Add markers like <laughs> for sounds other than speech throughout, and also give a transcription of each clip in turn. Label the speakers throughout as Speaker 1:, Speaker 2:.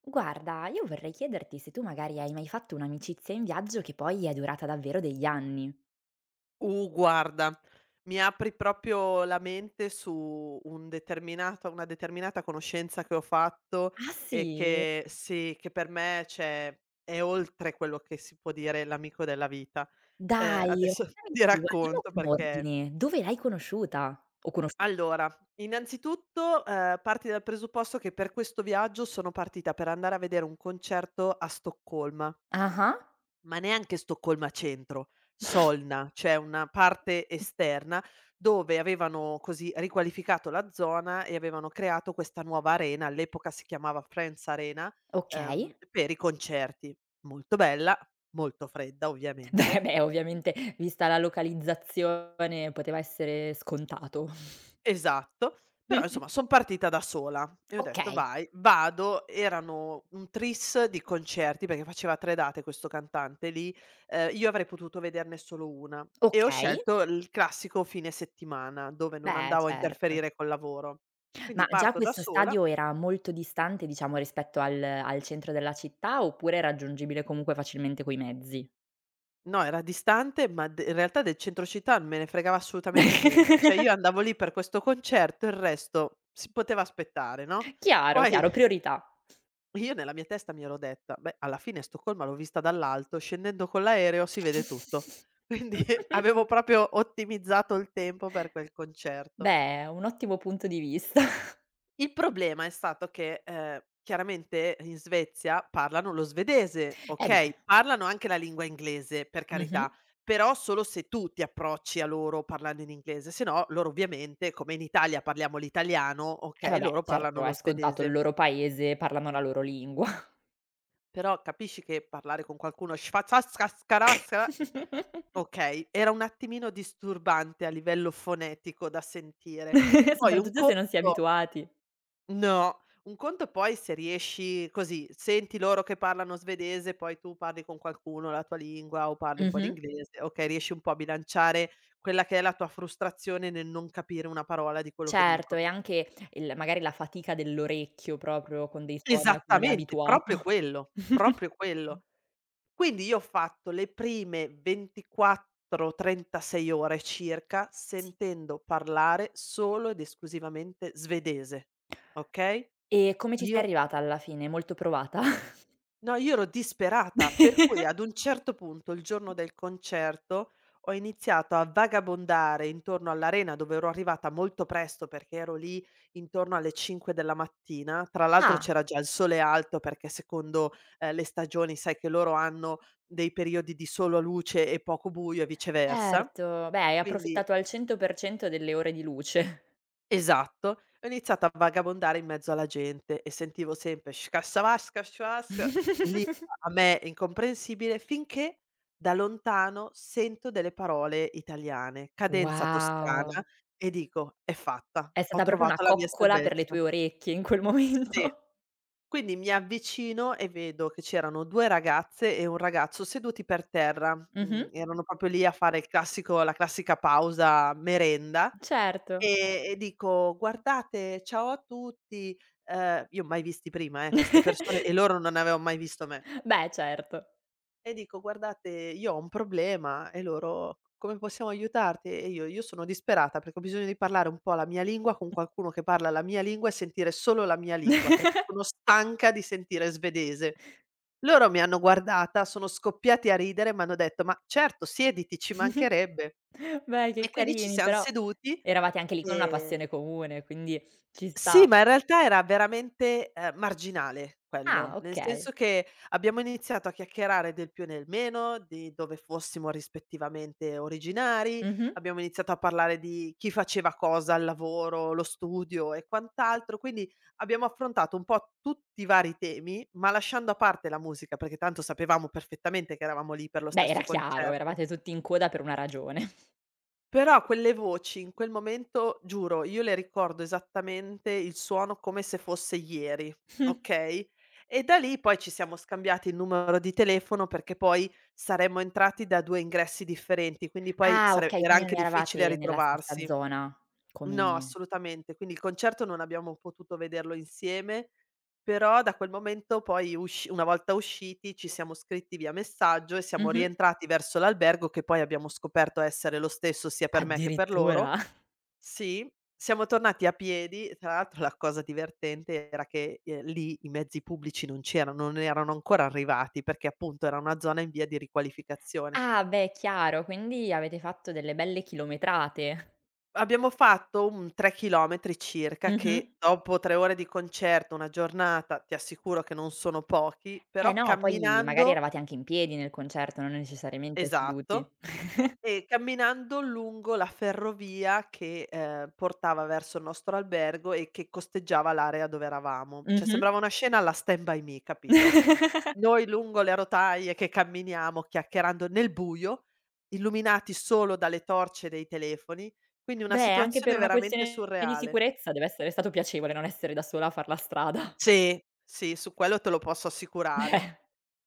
Speaker 1: Guarda, io vorrei chiederti se tu magari hai mai fatto un'amicizia in viaggio che poi è durata davvero degli anni.
Speaker 2: Guarda, mi apri proprio la mente su un determinata una determinata conoscenza che ho fatto
Speaker 1: Ah
Speaker 2: e
Speaker 1: sì?
Speaker 2: che sì, che per me, cioè, è oltre quello che si può dire l'amico della vita.
Speaker 1: Dai,
Speaker 2: Adesso <laughs>
Speaker 1: raccontami di
Speaker 2: ti
Speaker 1: più, andiamo
Speaker 2: racconto
Speaker 1: con
Speaker 2: perché
Speaker 1: ordine. Dove l'hai conosciuta? O conosci
Speaker 2: allora, innanzitutto, parti dal presupposto che per questo viaggio sono partita per andare a vedere un concerto a Stoccolma.
Speaker 1: ah-ah.
Speaker 2: Ma neanche Stoccolma centro, Solna, cioè una parte esterna dove avevano così riqualificato la zona e avevano creato questa nuova arena, all'epoca si chiamava Friends Arena,
Speaker 1: Okay.
Speaker 2: per i concerti. Molto bella, molto fredda
Speaker 1: <laughs> Beh,
Speaker 2: ovviamente.
Speaker 1: beh, ovviamente vista la localizzazione poteva essere scontato.
Speaker 2: Esatto, però insomma son
Speaker 1: <laughs>
Speaker 2: partita da sola e ho detto:
Speaker 1: Okay,
Speaker 2: "Vai, vado." Erano un tris di concerti, perché faceva 3 date questo cantante lì, io avrei potuto vederne solo 1 e ho
Speaker 1: okay.
Speaker 2: scelto il classico fine settimana, dove non
Speaker 1: Beh,
Speaker 2: andavo a
Speaker 1: certo.
Speaker 2: interferire col lavoro. Quindi
Speaker 1: Ma già
Speaker 2: parto da
Speaker 1: questo
Speaker 2: sola.
Speaker 1: stadio era molto distante, diciamo, rispetto al centro della città, oppure è raggiungibile comunque facilmente coi mezzi?
Speaker 2: No, era distante, ma d in realtà del centro città non me ne fregava assolutamente niente, cioè io
Speaker 1: <laughs>
Speaker 2: andavo lì per questo concerto, il resto si poteva aspettare, no,
Speaker 1: Chiaro,
Speaker 2: poi
Speaker 1: chiaro, priorità.
Speaker 2: io nella mia testa mi ero detta: "Beh, alla fine Stoccolma l'ho vista dall'alto, scendendo con l'aereo si vede tutto".
Speaker 1: <laughs>
Speaker 2: Quindi <laughs> avevo proprio ottimizzato il tempo per quel concerto.
Speaker 1: Beh, un ottimo punto di vista.
Speaker 2: Il problema è stato che, chiaramente in Svezia parlano lo svedese,
Speaker 1: Eh beh.
Speaker 2: okay, parlano anche la lingua inglese, per
Speaker 1: Mh-mh.
Speaker 2: carità, però solo se tu ti approcci a loro parlando in inglese, se no loro ovviamente, come in Italia parliamo l'italiano,
Speaker 1: Eh
Speaker 2: okay,
Speaker 1: vabbè,
Speaker 2: loro parlano
Speaker 1: certo,
Speaker 2: lo
Speaker 1: è scontato, il
Speaker 2: svedese.
Speaker 1: loro paese, parlano la loro lingua.
Speaker 2: Però capisci che parlare con qualcuno schfazaskaskarasca,
Speaker 1: <laughs>
Speaker 2: okay, era un attimino disturbante a livello fonetico da sentire. Poi un
Speaker 1: Soprattutto se non si è
Speaker 2: conto
Speaker 1: abituati.
Speaker 2: No, un conto poi se riesci così, senti loro che parlano svedese, poi tu parli con qualcuno la tua lingua o parli un po'
Speaker 1: Mh-mh.
Speaker 2: d'inglese, okay, riesci un po' a bilanciare quella che è la tua frustrazione nel non capire una parola di quello che
Speaker 1: Certo,
Speaker 2: dicono.
Speaker 1: e anche il magari la fatica dell'orecchio proprio con dei suoni a cui non è
Speaker 2: Esattamente, proprio
Speaker 1: abituato.
Speaker 2: quello,
Speaker 1: <laughs>
Speaker 2: proprio
Speaker 1: Mh,
Speaker 2: quello. Quindi io ho fatto le prime 24, 36 ore circa
Speaker 1: sì.
Speaker 2: sentendo parlare solo ed esclusivamente svedese, okay?
Speaker 1: E come ci sei
Speaker 2: Io
Speaker 1: arrivata alla fine? Molto provata?
Speaker 2: No, io ero disperata, per cui ad
Speaker 1: <laughs>
Speaker 2: un certo punto, il giorno del concerto, ho iniziato a vagabondare intorno all'arena, dove ero arrivata molto presto perché ero lì intorno alle 5 della mattina. Tra l'altro
Speaker 1: Ah,
Speaker 2: c'era già il sole alto perché secondo, le stagioni sai che loro hanno dei periodi di solo luce e poco buio e viceversa.
Speaker 1: certo. Beh, hai
Speaker 2: Quindi
Speaker 1: approfittato al 100% delle ore di luce.
Speaker 2: esatto. Ho iniziato a vagabondare in mezzo alla gente e sentivo sempre scassavasca, lì
Speaker 1: <laughs>
Speaker 2: a me incomprensibile, finché da lontano sento delle parole italiane, cadenza toscana
Speaker 1: Wow!
Speaker 2: e dico: "È fatta,
Speaker 1: È
Speaker 2: ho
Speaker 1: stata proprio una
Speaker 2: trovato la mia
Speaker 1: coccola per le
Speaker 2: salvezza".
Speaker 1: tue orecchie in quel
Speaker 2: Sì.
Speaker 1: momento.
Speaker 2: Quindi mi avvicino e vedo che c'erano 2 ragazze e un ragazzo seduti per terra, mhmm,
Speaker 1: Mh-mh,
Speaker 2: erano proprio lì a fare il classico la classica pausa merenda.
Speaker 1: certo.
Speaker 2: E dico: "Guardate, ciao a tutti", io mai visti prima queste persone
Speaker 1: <laughs>
Speaker 2: e loro non avevan mai visto me.
Speaker 1: Beh, certo.
Speaker 2: E dico: "Guardate, io ho un problema" e loro: "Come possiamo aiutarti?" E io: "Io sono disperata perché ho bisogno di parlare un po' la mia lingua con qualcuno che parla la mia lingua e sentire solo la mia lingua, perché sono stanca di sentire svedese". Loro mi hanno guardata, sono scoppiati a ridere, m'hanno detto: "Ma certo, siediti, ci mancherebbe".
Speaker 1: Beh, che
Speaker 2: E quindi ci
Speaker 1: carini,
Speaker 2: siam
Speaker 1: però
Speaker 2: seduti
Speaker 1: eravate anche lì con una
Speaker 2: e
Speaker 1: passione comune, quindi ci
Speaker 2: sì,
Speaker 1: sta.
Speaker 2: ma in realtà era veramente, marginale
Speaker 1: Ah,
Speaker 2: quello, nel senso
Speaker 1: okay.
Speaker 2: che abbiamo iniziato a chiacchierare del più e del meno, di dove fossimo rispettivamente originari,
Speaker 1: Mh-mh.
Speaker 2: abbiamo iniziato a parlare di chi faceva cosa al lavoro, lo studio e quant'altro, quindi abbiamo affrontato un po' tutti i vari temi, ma lasciando a parte la musica, perché tanto sapevamo perfettamente che eravamo lì per lo
Speaker 1: Beh, era
Speaker 2: stesso
Speaker 1: chiaro,
Speaker 2: concerto.
Speaker 1: eravate tutti in coda per una ragione.
Speaker 2: Però quelle voci in quel momento, giuro, io le ricordo esattamente il suono come se fosse ieri,
Speaker 1: <laughs>
Speaker 2: okay, e da lì poi ci siamo scambiati il numero di telefono perché poi saremmo entrati da 2 ingressi differenti, quindi poi
Speaker 1: Ah,
Speaker 2: sare
Speaker 1: okay,
Speaker 2: era
Speaker 1: quindi
Speaker 2: anche
Speaker 1: non
Speaker 2: difficile
Speaker 1: eravate nella stessa
Speaker 2: ritrovarsi.
Speaker 1: zona come
Speaker 2: No, assolutamente. Quindi il concerto non abbiamo potuto vederlo insieme, però da quel momento poi usci una volta usciti ci siamo scritti via messaggio e siamo
Speaker 1: mh-mh.
Speaker 2: rientrati verso l'albergo, che poi abbiamo scoperto essere lo stesso sia per me che per
Speaker 1: Addirittura.
Speaker 2: loro.
Speaker 1: <laughs>
Speaker 2: Sì, siamo tornati a piedi. Tra l'altro la cosa divertente era che, lì i mezzi pubblici non c'erano, non erano ancora arrivati perché appunto era una zona in via di riqualificazione.
Speaker 1: Ah, beh, chiaro, quindi avete fatto delle belle chilometrate.
Speaker 2: Abbiamo fatto un 3 chilometri circa
Speaker 1: Mh-mh.
Speaker 2: che dopo 3 ore di concerto, 1 giornata, ti assicuro che non sono pochi,
Speaker 1: Eh
Speaker 2: però
Speaker 1: no, poi magari
Speaker 2: camminando,
Speaker 1: eravate anche in piedi nel concerto, non necessariamente seduti.
Speaker 2: esatto, e camminando lungo la ferrovia che, portava verso il nostro albergo e che costeggiava l'area dove eravamo. Cioè
Speaker 1: Mh-mh.
Speaker 2: sembrava una scena alla Stand by Me, capito?
Speaker 1: <laughs>
Speaker 2: Noi lungo le rotaie che camminiamo chiacchierando nel buio, illuminati solo dalle torce dei telefoni, quindi una
Speaker 1: Beh, anche per
Speaker 2: situazione
Speaker 1: una
Speaker 2: veramente
Speaker 1: questione di
Speaker 2: surreale.
Speaker 1: sicurezza deve essere stato piacevole non essere da sola a far la strada. <laughs>
Speaker 2: Sì, sì, su quello te lo posso assicurare.
Speaker 1: Eh.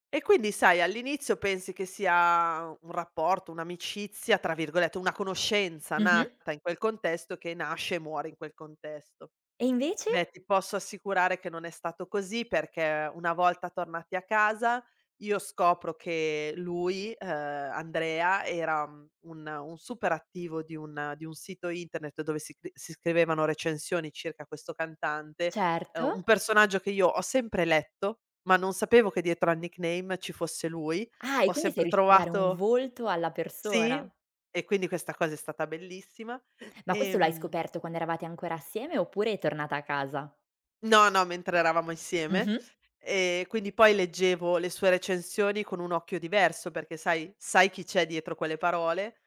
Speaker 2: E quindi sai, all'inizio pensi che sia un rapporto, un'amicizia, tra virgolette, una conoscenza
Speaker 1: Mh-mh.
Speaker 2: nata in quel contesto che nasce e muore in quel contesto.
Speaker 1: E invece?
Speaker 2: Beh, ti posso assicurare che non è stato così perché una volta tornati a casa io scopro che lui, Andrea, era, mhmm, un super attivo di un sito internet dove si scrivevano recensioni circa questo cantante,
Speaker 1: Certo.
Speaker 2: un personaggio che io ho sempre letto, ma non sapevo che dietro al nickname ci fosse lui.
Speaker 1: Ah, e
Speaker 2: Ho
Speaker 1: quindi sei
Speaker 2: sempre
Speaker 1: riuscita a dare un
Speaker 2: trovato
Speaker 1: volto alla
Speaker 2: Sì,
Speaker 1: persona.
Speaker 2: e quindi questa cosa è stata bellissima.
Speaker 1: Ma questo l'hai
Speaker 2: Ehm
Speaker 1: scoperto quando eravate ancora assieme oppure è tornata a casa?
Speaker 2: No, no, mentre eravamo insieme.
Speaker 1: Mh-mh.
Speaker 2: Quindi poi leggevo le sue recensioni con un occhio diverso, perché sai chi c'è dietro quelle parole,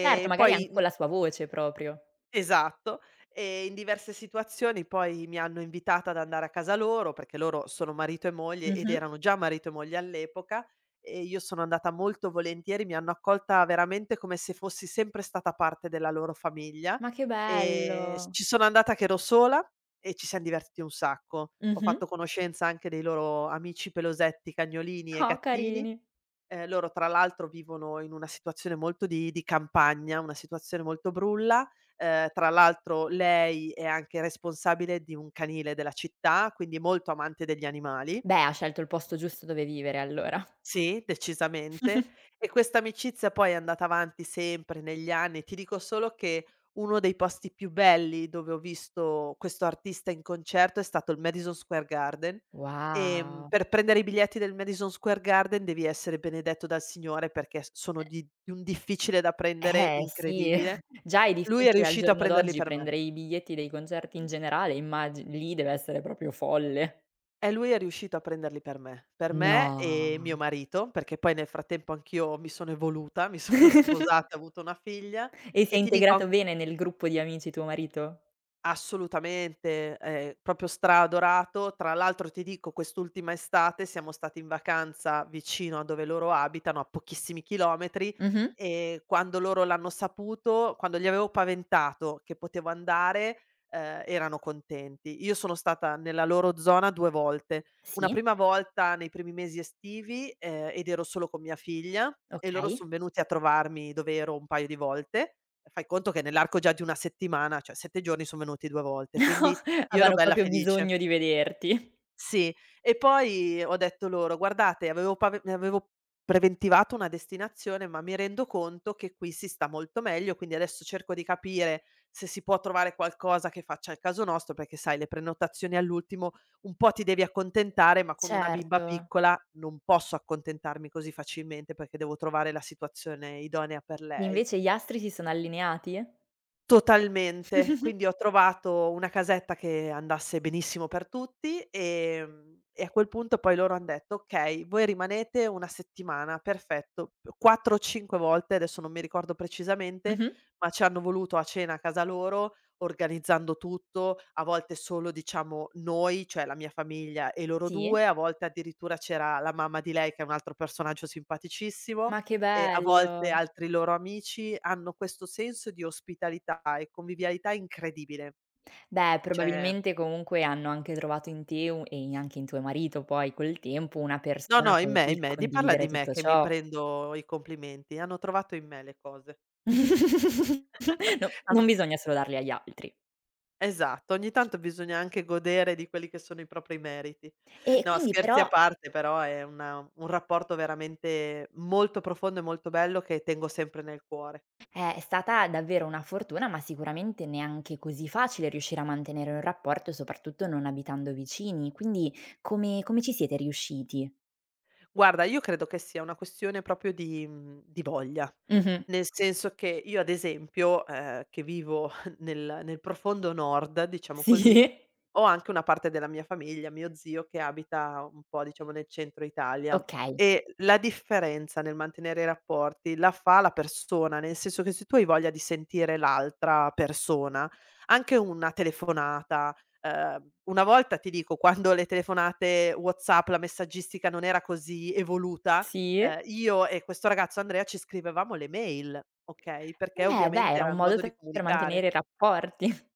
Speaker 1: Certo, magari
Speaker 2: poi
Speaker 1: anche
Speaker 2: n
Speaker 1: con la sua voce proprio.
Speaker 2: esatto. E in diverse situazioni poi mi hanno invitata ad andare a casa loro, perché loro sono marito e moglie ed
Speaker 1: Mh-mh.
Speaker 2: erano già marito e moglie all'epoca, e io sono andata molto volentieri, mi hanno accolta veramente come se fossi sempre stata parte della loro famiglia.
Speaker 1: Ma che
Speaker 2: S
Speaker 1: bello.
Speaker 2: ci sono andata che ero sola e ci siam divertiti un sacco. Ho
Speaker 1: Mh-mh.
Speaker 2: fatto conoscenza anche dei loro amici pelosetti, cagnolini e
Speaker 1: Oh,
Speaker 2: gattini.
Speaker 1: carini.
Speaker 2: Loro tra l'altro vivono in una situazione molto di campagna, una situazione molto brulla, tra l'altro lei è anche responsabile di un canile della città, quindi molto amante degli animali.
Speaker 1: Beh, ha scelto il posto giusto dove vivere allora.
Speaker 2: Sì, decisamente. E questa amicizia poi è andata avanti sempre negli anni. Ti dico solo che uno dei posti più belli dove ho visto questo artista in concerto è stato il Madison Square Garden.
Speaker 1: Wow.
Speaker 2: Per prendere i biglietti del Madison Square Garden devi essere benedetto dal Signore perché s sono di un difficile da prendere
Speaker 1: Eh sì,
Speaker 2: incredibile.
Speaker 1: <laughs> già è
Speaker 2: Lui è
Speaker 1: difficile al
Speaker 2: riuscito a
Speaker 1: giorno
Speaker 2: prenderli
Speaker 1: d'oggi
Speaker 2: per me.
Speaker 1: prendere i biglietti dei concerti in generale, immagi lì deve essere proprio folle.
Speaker 2: E lui è riuscito a prenderli per me
Speaker 1: No.
Speaker 2: e mio marito, perché poi nel frattempo anch'io mi sono evoluta, mi <laughs> sono
Speaker 1: <laughs>
Speaker 2: sposata, ho avuto una figlia
Speaker 1: E si è
Speaker 2: e ti
Speaker 1: integrato
Speaker 2: dico.
Speaker 1: bene nel gruppo di amici tuo marito?
Speaker 2: Assolutamente, proprio stra-adorato. Tra l'altro ti dico quest'ultima estate siamo stati in vacanza vicino a dove loro abitano, a pochissimi chilometri,
Speaker 1: Mh-mh.
Speaker 2: e quando loro l'hanno saputo quando gli avevo paventato che potevo andare, erano contenti. Io sono stata nella loro zona 2 volte. Una
Speaker 1: Sì,
Speaker 2: prima volta nei primi mesi estivi, ed ero solo con mia figlia e loro
Speaker 1: okay.
Speaker 2: son venuti a trovarmi dove ero un paio di volte. Fai conto che nell'arco già di 1 settimana, cioè 7 giorni, son venuti 2 volte, quindi
Speaker 1: <laughs>
Speaker 2: io ero
Speaker 1: Avevano
Speaker 2: bella
Speaker 1: proprio
Speaker 2: felice.
Speaker 1: bisogno di vederti.
Speaker 2: Sì, e poi ho detto loro: "Guardate, avevo preventivato una destinazione, ma mi rendo conto che qui si sta molto meglio, quindi adesso cerco di capire se si può trovare qualcosa che faccia il caso nostro", perché sai le prenotazioni all'ultimo un po' ti devi accontentare, ma con una bimba
Speaker 1: Certo.
Speaker 2: piccola non posso accontentarmi così facilmente, perché devo trovare la situazione idonea per lei.
Speaker 1: Invece gli astri si sono allineati?
Speaker 2: Totalmente. Quindi
Speaker 1: <laughs>
Speaker 2: ho trovato una casetta che andasse benissimo per tutti, e a quel punto poi loro han detto: "Okay, voi rimanete 1 settimana." Perfetto. 4 o 5 volte, adesso non mi ricordo precisamente,
Speaker 1: Mh-mh.
Speaker 2: ma ci hanno voluto a cena a casa loro, organizzando tutto, a volte solo diciamo noi, cioè la mia famiglia e loro
Speaker 1: Sì?
Speaker 2: 2, a volte addirittura c'era la mamma di lei che è un altro personaggio simpaticissimo
Speaker 1: Ma che
Speaker 2: e a volte
Speaker 1: bello!
Speaker 2: altri loro amici hanno questo senso di ospitalità e convivialità incredibile.
Speaker 1: Beh,
Speaker 2: Cioè
Speaker 1: probabilmente comunque hanno anche trovato in te u e in anche in tuo marito poi col tempo, una
Speaker 2: no,
Speaker 1: persona
Speaker 2: no,
Speaker 1: con cui
Speaker 2: in me, di parla
Speaker 1: condividere
Speaker 2: di me
Speaker 1: tutto
Speaker 2: che mi
Speaker 1: ciò.
Speaker 2: prendo i complimenti, hanno trovato in me le cose.
Speaker 1: <laughs> No,
Speaker 2: Am
Speaker 1: non bisogna solo darli agli altri.
Speaker 2: esatto, ogni tanto bisogna anche godere di quelli che sono i propri meriti.
Speaker 1: E
Speaker 2: No,
Speaker 1: quindi
Speaker 2: scherzi a
Speaker 1: però
Speaker 2: parte però è una un rapporto veramente molto profondo e molto bello che tengo sempre nel cuore.
Speaker 1: è stata davvero una fortuna, ma sicuramente neanche così facile riuscire a mantenere un rapporto, soprattutto non abitando vicini. Quindi come ci siete riusciti?
Speaker 2: Guarda, io credo che sia una questione proprio di mhmm, di voglia.
Speaker 1: Mh-mh.
Speaker 2: Nel senso che io ad esempio, che vivo <laughs> nel profondo nord, diciamo così,
Speaker 1: Sì. <laughs>
Speaker 2: ho anche una parte della mia famiglia, mio zio che abita un po' diciamo nel centro Italia
Speaker 1: Okay.
Speaker 2: e la differenza nel mantenere i rapporti la fa la persona, nel senso che se tu hai voglia di sentire l'altra persona, anche una telefonata una volta ti dico quando le telefonate WhatsApp, la messaggistica non era così evoluta,
Speaker 1: Sì.
Speaker 2: io e questo ragazzo Andrea ci scrivevamo le mail, okay, perché
Speaker 1: Eh beh,
Speaker 2: ovviamente
Speaker 1: era
Speaker 2: era
Speaker 1: un
Speaker 2: il
Speaker 1: modo
Speaker 2: modo di
Speaker 1: per
Speaker 2: comunicare.
Speaker 1: mantenere i rapporti.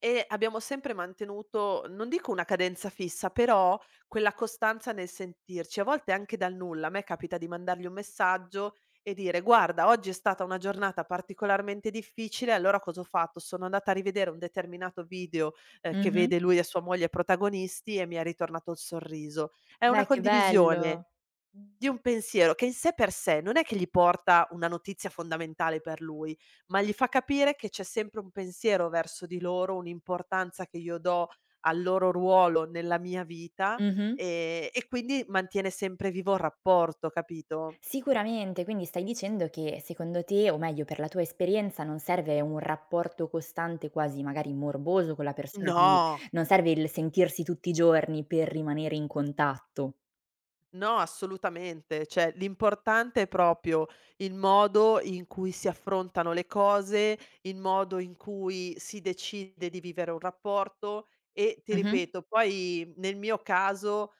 Speaker 2: E abbiamo sempre mantenuto, non dico una cadenza fissa, però quella costanza nel sentirci. A volte anche dal nulla, a me capita di mandargli un messaggio e dire: "Guarda, oggi è stata una giornata particolarmente difficile, allora cosa ho fatto? Sono andata a rivedere un determinato video, che
Speaker 1: Mh-mh.
Speaker 2: vede lui e sua moglie protagonisti e mi è ritornato il sorriso". È una
Speaker 1: Beh, che
Speaker 2: condivisione
Speaker 1: bello.
Speaker 2: di un pensiero che in sé per sé non è che gli porta una notizia fondamentale per lui. Ma gli fa capire che c'è sempre un pensiero verso di loro, un'importanza che io do al loro ruolo nella mia vita,
Speaker 1: Mh-mh.
Speaker 2: e quindi mantiene sempre vivo il rapporto, capito?
Speaker 1: Sicuramente, quindi stai dicendo che secondo te, o meglio per la tua esperienza, non serve un rapporto costante, quasi magari morboso con la persona, quindi
Speaker 2: No,
Speaker 1: non serve il sentirsi tutti i giorni per rimanere in contatto.
Speaker 2: no, assolutamente. Cioè, l'importante è proprio il modo in cui si affrontano le cose, il modo in cui si decide di vivere un rapporto e, ti
Speaker 1: Mh-mh.
Speaker 2: ripeto, poi nel mio caso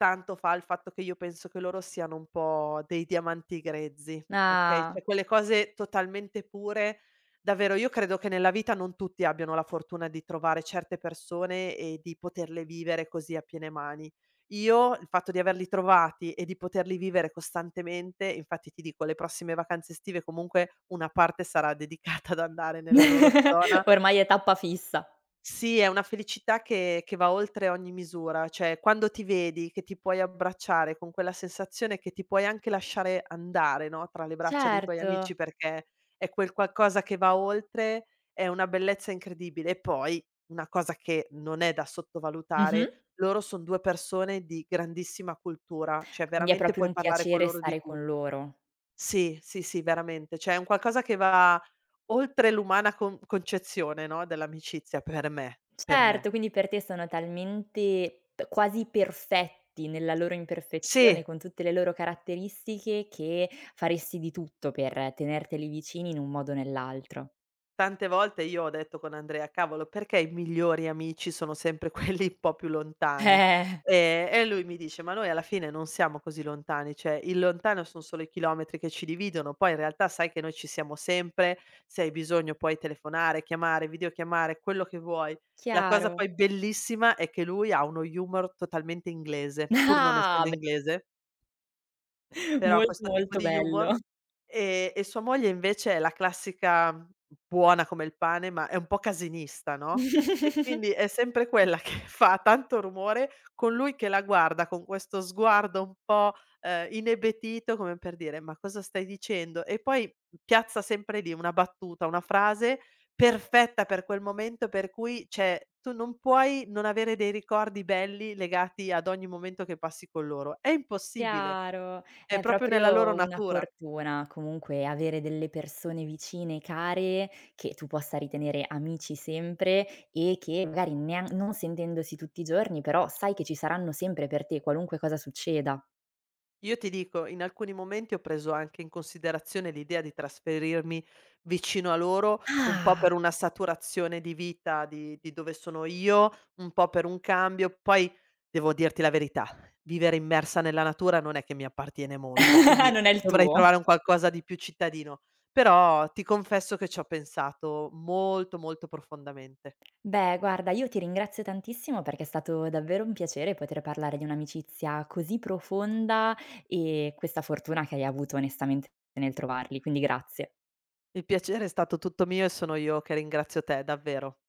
Speaker 2: tanto fa il fatto che io penso che loro siano un po' dei diamanti grezzi, okay,
Speaker 1: Ah.
Speaker 2: cioè quelle cose totalmente pure. Davvero io credo che nella vita non tutti abbiano la fortuna di trovare certe persone e di poterle vivere così a piene mani. Io il fatto di averli trovati e di poterli vivere costantemente, infatti ti dico, le prossime vacanze estive comunque una parte sarà <laughs> dedicata ad andare nella loro zona.
Speaker 1: <laughs> Ormai è tappa fissa.
Speaker 2: Sì, è una felicità che va oltre ogni misura, cioè quando ti vedi che ti puoi abbracciare con quella sensazione che ti puoi anche lasciare andare, no, tra le braccia dei tuoi
Speaker 1: Certo.
Speaker 2: amici perché è quel qualcosa che va oltre, è una bellezza incredibile. E poi una cosa che non è da sottovalutare,
Speaker 1: Mh-mh.
Speaker 2: loro son due persone di grandissima cultura, cioè
Speaker 1: Quindi è
Speaker 2: veramente
Speaker 1: proprio
Speaker 2: puoi
Speaker 1: un
Speaker 2: parlare con
Speaker 1: piacere
Speaker 2: loro di
Speaker 1: stare
Speaker 2: tu.
Speaker 1: con loro.
Speaker 2: Sì, sì, sì, veramente. Cioè è un qualcosa che va oltre l'umana con concezione, no, dell'amicizia per me, per me.
Speaker 1: Certo, quindi per te sono talmente p quasi perfetti nella loro
Speaker 2: Sì.
Speaker 1: imperfezione, con tutte le loro caratteristiche, che faresti di tutto per tenerteli vicini in un modo o nell'altro.
Speaker 2: Tante volte io ho detto con Andrea: "Cavolo, perché i migliori amici sono sempre <laughs> quelli un po' più lontani?"
Speaker 1: Eh.
Speaker 2: E lui mi dice: "Ma noi alla fine non siamo così lontani, cioè il lontano son solo i chilometri che ci dividono, poi in realtà sai che noi ci siamo sempre, se hai bisogno puoi telefonare, chiamare, videochiamare, quello che vuoi." La cosa
Speaker 1: Chiaro.
Speaker 2: poi
Speaker 1: <laughs>
Speaker 2: bellissima è che lui ha uno humor totalmente inglese, pur non
Speaker 1: Ah,
Speaker 2: essendo
Speaker 1: beh,
Speaker 2: inglese, però
Speaker 1: molto,
Speaker 2: questo tipo
Speaker 1: molto
Speaker 2: di humor
Speaker 1: bello.
Speaker 2: e sua moglie invece è la classica buona come il pane, ma è un po' casinista, no, e
Speaker 1: <laughs>
Speaker 2: quindi è sempre quella che <laughs> fa tanto rumore, con lui che la guarda con questo sguardo un po', inebetito come per dire: "Ma cosa stai dicendo?" E poi piazza sempre lì una battuta, una frase perfetta per quel momento per cui cioè, tu non puoi non avere dei ricordi belli legati ad ogni momento che passi con loro. È impossibile,
Speaker 1: Chiaro,
Speaker 2: è
Speaker 1: è
Speaker 2: proprio nella loro
Speaker 1: proprio una
Speaker 2: natura.
Speaker 1: fortuna comunque avere delle persone vicine, care, che tu possa ritenere amici sempre e che magari nean non sentendosi tutti i giorni, però sai che ci saranno sempre per te qualunque cosa succeda.
Speaker 2: Io ti dico, in alcuni momenti ho preso anche in considerazione l'idea di trasferirmi vicino a loro, un po' per
Speaker 1: Ah,
Speaker 2: una saturazione di vita di dove sono io, un po' per un cambio. Poi devo dirti la verità, vivere immersa nella natura non è che mi appartiene molto,
Speaker 1: <laughs>
Speaker 2: quindi
Speaker 1: non è il
Speaker 2: dovrei
Speaker 1: tuo.
Speaker 2: trovare un qualcosa di più cittadino. Però ti confesso che ci ho pensato molto, molto profondamente.
Speaker 1: Beh, guarda, io ti ringrazio tantissimo perché è stato davvero un piacere poter parlare di un'amicizia così profonda e questa fortuna che hai avuto onestamente nel trovarli, quindi grazie.
Speaker 2: Il piacere è stato tutto mio e sono io che ringrazio te, davvero.